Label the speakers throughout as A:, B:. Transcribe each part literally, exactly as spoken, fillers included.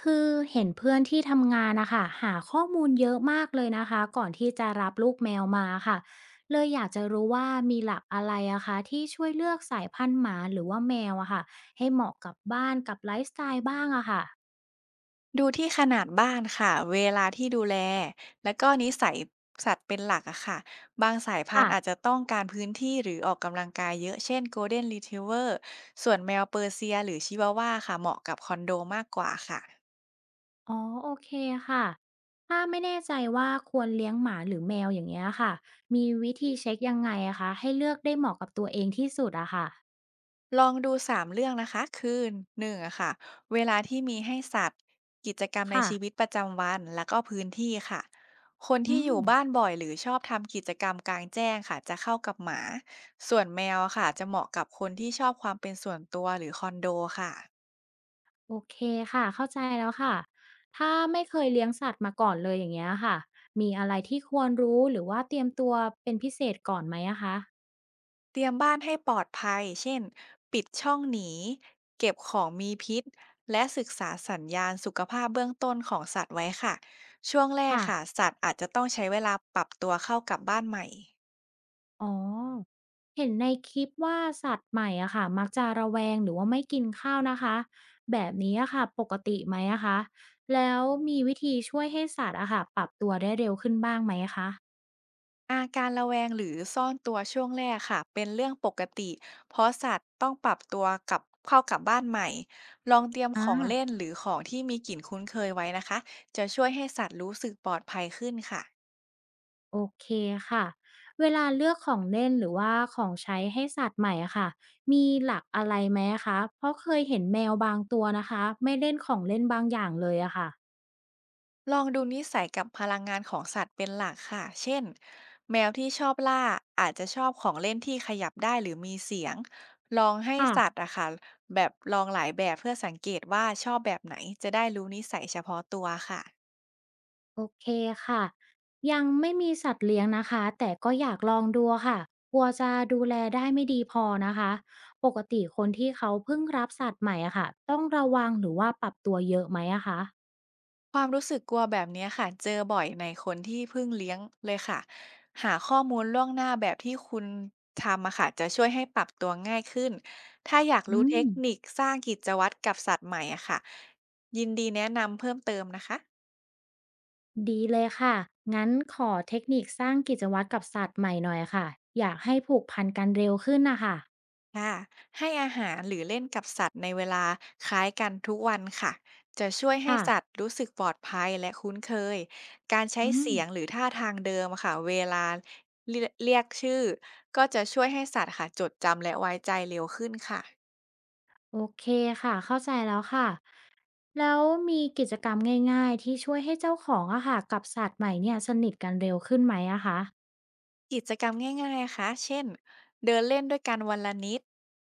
A: คือเห็นเพื่อนที่ทำงานนะคะหาข้อมูลเยอะมากเลยนะคะก่อนที่จะรับลูกแมวมาค่ะเลยอยากจะรู้ว่ามีหลักอะไรอะคะที่ช่วยเลือกสายพันธุ์หมาหรือว่าแมวอะค่ะให้เหมาะกับบ้านกับไลฟ์สไตล์บ้างอะค่ะ
B: ดูที่ขนาดบ้านค่ะเวลาที่ดูแลแล้วก็นิสัยสัตว์เป็นหลักอะค่ะบางสายพัน
A: ค่ะ
B: ธุ์อาจจะต้องการพื้นที่หรือออกกำลังกายเยอะเช่น Golden Retriever ส่วนแมวเปอร์เซียหรือชิวาวาค่ะเหมาะกับคอนโดมากกว่าค่ะ
A: อ๋อโอเคค่ะถ้าไม่แน่ใจว่าควรเลี้ยงหมาหรือแมวอย่างเงี้ยค่ะมีวิธีเช็คยังไงอะคะให้เลือกได้เหมาะกับตัวเองที่สุดอะค่ะ
B: ลองดูสามเรื่องนะคะคือหนึ่งอะค่ะเวลาที่มีให้สัตว์กิจกรรมใน
A: ค่ะ
B: ชีวิตประจำวันแล้วก็พื้นที่ค่ะคน
A: อื
B: ที่อ
A: ม
B: ยู่บ้านบ่อยหรือชอบทำกิจกรรมกลางแจ้งค่ะจะเข้ากับหมาส่วนแมวอะค่ะจะเหมาะกับคนที่ชอบความเป็นส่วนตัวหรือคอนโดค่ะ
A: โอเคค่ะเข้าใจแล้วค่ะถ้าไม่เคยเลี้ยงสัตว์มาก่อนเลยอย่างเงี้ยค่ะมีอะไรที่ควรรู้หรือว่าเตรียมตัวเป็นพิเศษก่อนไหมอะคะ
B: เตรียมบ้านให้ปลอดภัยเช่นปิดช่องหนี เก็บของมีพิษและศึกษาสัญญาณสุขภาพเบื้องต้นของสัตว์ไว้ค่ะช่วงแรก
A: ค่ะ
B: ค่ะสัตว์อาจจะต้องใช้เวลาปรับตัวเข้ากับบ้านใหม่
A: อ๋อเห็นในคลิปว่าสัตว์ใหม่อะค่ะมักจะระแวงหรือว่าไม่กินข้าวนะคะแบบนี้อะค่ะปกติไหมอะคะแล้วมีวิธีช่วยให้สัตว์อะค่ะปรับตัวได้เร็วขึ้นบ้างไหมคะ
B: อาการระแวงหรือซ่อนตัวช่วงแรกค่ะเป็นเรื่องปกติเพราะสัตว์ต้องปรับตัวกับเข้ากับบ้านใหม่ลองเตรียมข
A: อา
B: องเล่นหรือของที่มีกลิ่นคุ้นเคยไว้นะคะจะช่วยให้สัตว์รู้สึกปลอดภัยขึ้นค่ะ
A: โอเคค่ะเวลาเลือกของเล่นหรือว่าของใช้ให้สัตว์ใหม่อะค่ะมีหลักอะไรไหมอะคะเพราะเคยเห็นแมวบางตัวนะคะไม่เล่นของเล่นบางอย่างเลยอะค่ะ
B: ลองดูนิสัยกับพลังงานของสัตว์เป็นหลักค่ะ เช่นแมวที่ชอบล่าอาจจะชอบของเล่นที่ขยับได้หรือมีเสียง ลองให้
A: ค่ะ
B: สัตว์อะค่ะแบบลองหลายแบบเพื่อสังเกตว่าชอบแบบไหนจะได้รู้นิสัยเฉพาะตัวค่ะ
A: โอเคค่ะยังไม่มีสัตว์เลี้ยงนะคะแต่ก็อยากลองดูค่ะกลัวจะดูแลได้ไม่ดีพอนะคะปกติคนที่เขาเพิ่งรับสัตว์ใหม่อะค่ะต้องระวังหรือว่าปรับตัวเยอะไหมอะคะ
B: ความรู้สึกกลัวแบบเนี้ยค่ะเจอบ่อยในคนที่เพิ่งเลี้ยงเลยค่ะหาข้อมูลล่วงหน้าแบบที่คุณทำอะค่ะจะช่วยให้ปรับตัวง่ายขึ้นถ้าอยาก
A: อื
B: รู้เท
A: ม
B: คนิคสร้างกิจวัตรกับสัตว์ใหม่อะค่ะยินดีแนะนำเพิ่มเติมนะคะ
A: ดีเลยค่ะ งั้นขอเทคนิคสร้างกิจวัตรกับสัตว์ใหม่หน่อยค่ะ อยากให้ผูกพันกันเร็วขึ้นนะคะ
B: ค่ะให้อาหารหรือเล่นกับสัตว์ในเวลาคล้ายกันทุกวันค่ะจะช่วยให้
A: ค่ะ
B: สัตว์รู้สึกปลอดภัยและคุ้นเคยการใช้
A: อืม
B: เสียงหรือท่าทางเดิมอะค่ะเวลาเรียเรียกชื่อก็จะช่วยให้สัตว์ค่ะจดจำและไว้ใจเร็วขึ้นค่ะ
A: โอเคค่ะ เข้าใจแล้วค่ะ แล้วมีกิจกรรมง่ายๆที่ช่วยให้เจ้าของอะค่ะกับสัตว์ใหม่เนี่ยสนิทกันเร็วขึ้นไหมอะคะ
B: กิจกรรมง่ายๆนะคะเช่น เดินเล่นด้วยกันวันละนิด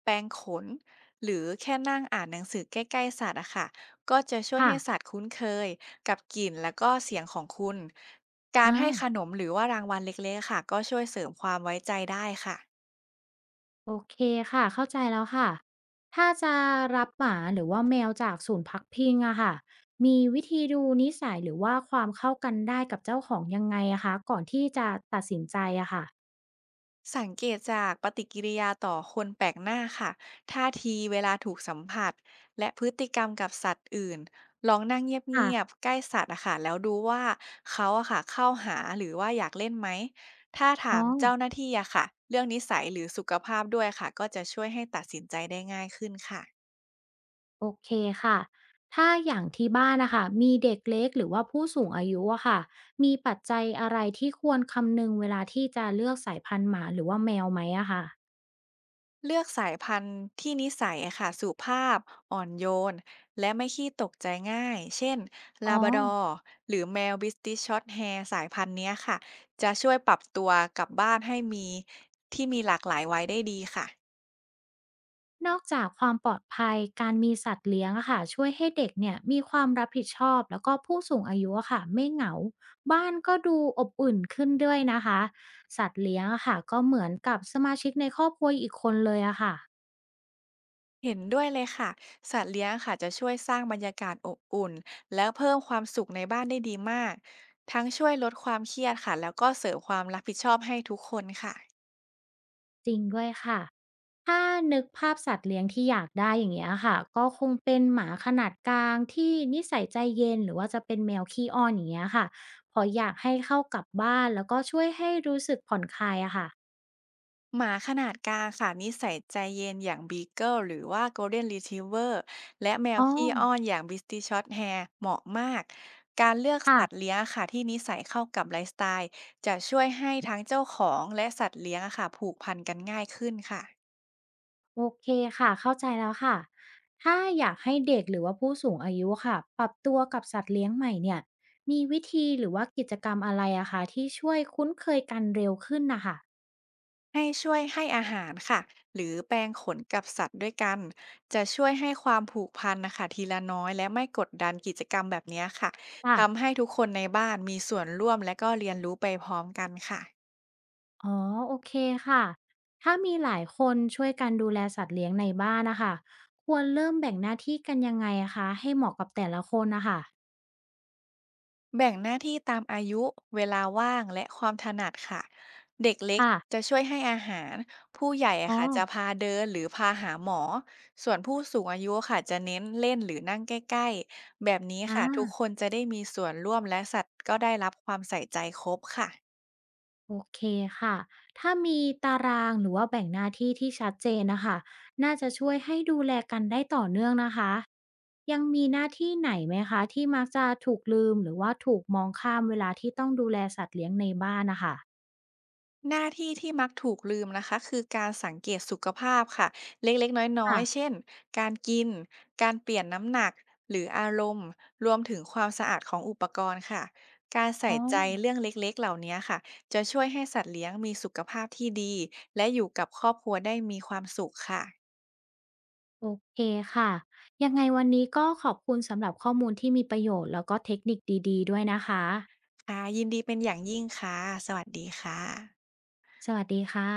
B: แปรงขน หรือแค่นั่งอ่านหนังสือใกล้ๆสัตว์อะค่ะก็จะช่วย
A: ค่ะ
B: ให้สัตว์คุ้นเคยกับกลิ่นแล้วก็เสียงของคุณ กา
A: อ
B: รให้ขน
A: ่า
B: มหรือว่ารางวัลเล็กๆอะค่ะก็ช่วยเสริมความไว้ใจได้ค่ะ
A: โอเคค่ะเข้าใจแล้วค่ะถ้าจะรับหมาหรือว่าแมวจากศูนย์พักพิงอะค่ะมีวิธีดูนิสัยหรือว่าความเข้ากันได้กับเจ้าของยังไงอะคะก่อนที่จะตัดสินใจอะค่ะ
B: สังเกตจากปฏิกิริยาต่อคนแปลกหน้าค่ะท่าทีเวลาถูกสัมผัสและพฤติกรรมกับสัตว์อื่นลองนั่งเงียบ
A: ค่ะ
B: ๆใกล้สัตว์อะค่ะแล้วดูว่าเขาอะค่ะเข้าหาหรือว่าอยากเล่นไหมถ้า
A: อ๋
B: ถา
A: อ
B: มเจ้าหน้าที่อะค่ะเรื่องนิสัยหรือสุขภาพด้วยค่ะก็จะช่วยให้ตัดสินใจได้ง่ายขึ้นค่ะ
A: โอเคค่ะถ้าอย่างที่บ้านนะคะมีเด็กเล็กหรือว่าผู้สูงอายุอะค่ะมีปัจจัยอะไรที่ควรคำนึงเวลาที่จะเลือกสายพันธุ์หมาหรือว่าแมวไหมอะค่ะ
B: เลือกสายพันธุ์ที่นิสัยอะค่ะสุภาพอ่อนโยนและไม่ขี้ตกใจง่ายเช่น
A: อ๋อ
B: ลาบราดอร์หรือแมวบริติชช็อตแฮร์สายพันธุ์เนี้ยค่ะจะช่วยปรับตัวกับบ้านให้มีที่มีหลากหลายไว้ได้ดีค่ะ
A: นอกจากความปลอดภัยการมีสัตว์เลี้ยงอะค่ะช่วยให้เด็กเนี่ยมีความรับผิดชอบแล้วก็ผู้สูงอายุอะค่ะไม่เหงาบ้านก็ดูอบอุ่นขึ้นด้วยนะคะสัตว์เลี้ยงอะค่ะก็เหมือนกับสมาชิกในครอบครัวอีกคนเลยอะค่ะ
B: เห็นด้วยเลยค่ะสัตว์เลี้ยงค่ะจะช่วยสร้างบรรยากาศอบอุ่นและเพิ่มความสุขในบ้านได้ดีมากทั้งช่วยลดความเครียดค่ะแล้วก็เสริมความรับผิดชอบให้ทุกคนค่ะ
A: จริงด้วยค่ะถ้านึกภาพสัตว์เลี้ยงที่อยากได้อย่างเงี้ยค่ะก็คงเป็นหมาขนาดกลางที่นิสัยใจเย็นหรือว่าจะเป็นแมวขี้อ้อนอย่างเงี้ยค่ะเพออยากให้เข้ากับบ้านแล้วก็ช่วยให้รู้สึกผ่อนคลายอะค่ะ
B: หมาขนาดกลางค่ะนิสัยใจเย็นอย่าง Beagle หรือว่า Golden Retriever และแมว
A: อ๋อ
B: ขี้อ้อนอย่าง b ิส t i s h Shorthair เหมาะมากการเลือก
A: ค่ะ
B: สัตว์เลี้ยงอะค่ะที่นิสัยเข้ากับไลฟ์สไตล์จะช่วยให้ทั้งเจ้าของและสัตว์เลี้ยงอะค่ะผูกพันกันง่ายขึ้นค่ะ
A: โอเคค่ะเข้าใจแล้วค่ะถ้าอยากให้เด็กหรือว่าผู้สูงอายุค่ะปรับตัวกับสัตว์เลี้ยงใหม่เนี่ยมีวิธีหรือว่ากิจกรรมอะไรอะคะที่ช่วยคุ้นเคยกันเร็วขึ้นนะคะ
B: ให้ช่วยให้อาหารค่ะหรือแปรงขนกับสัตว์ด้วยกันจะช่วยให้ความผูกพันนะคะทีละน้อยและไม่กดดันกิจกรรมแบบเนี้ยค่ะทำ
A: ค่ะ
B: ให้ทุกคนในบ้านมีส่วนร่วมและก็เรียนรู้ไปพร้อมกันค่ะ
A: อ๋อโอเคค่ะถ้ามีหลายคนช่วยกันดูแลสัตว์เลี้ยงในบ้านนะคะควรเริ่มแบ่งหน้าที่กันยังไงอะคะให้เหมาะกับแต่ละคนนะคะ
B: แบ่งหน้าที่ตามอายุ เวลาว่างและความถนัดค่ะ เด็กเล็ก
A: ค่ะ
B: จะช่วยให้อาหาร ผู้ใหญ่
A: อ๋
B: อะ
A: อ
B: ค่ะจะพาเดินหรือพาหาหมอ ส่วนผู้สูงอายุค่ะจะเน้นเล่นหรือนั่งใกล้ๆ แบบนี้ค่ะทุก
A: อา
B: คนจะได้มีส่วนร่วมและสัตว์ก็ได้รับความใส่ใจครบค่ะ
A: โอเคค่ะถ้ามีตารางหรือว่าแบ่งหน้าที่ที่ชัดเจนนะคะน่าจะช่วย คะยังมีหน้าที่ไหนไหมคะที่มักจะถูกลืมหรือว่าถูกมองข้ามเวลาที่ต้องดูแลสัตว์เลี้ยงในบ้านนะคะ
B: หน้าที่ที่มักถูกลืมนะคะคือการสังเกตสุขภาพค่ะเล็กๆน้อยๆ
A: ค่ะ
B: เช่นการกินการเปลี่ยนน้ำหนักหรืออารมณ์รวมถึงความสะอาดของอุปกรณ์ค่ะการใส่
A: อ๋อ
B: ใจเรื่องเล็กๆเหล่านี้ค่ะจะช่วยให้สัตว์เลี้ยงมีสุขภาพที่ดีและอยู่กับครอบครัวได้มีความสุขค่ะ
A: โอเคค่ะยังไงวันนี้ก็ขอบคุณสำหรับข้อมูลที่มีประโยชน์แล้วก็เทคนิคดีๆด้วยนะคะ
B: ค่ะยินดีเป็นอย่างยิ่งค่ะสวัสดีค่ะ
A: สวัสดีค่ะ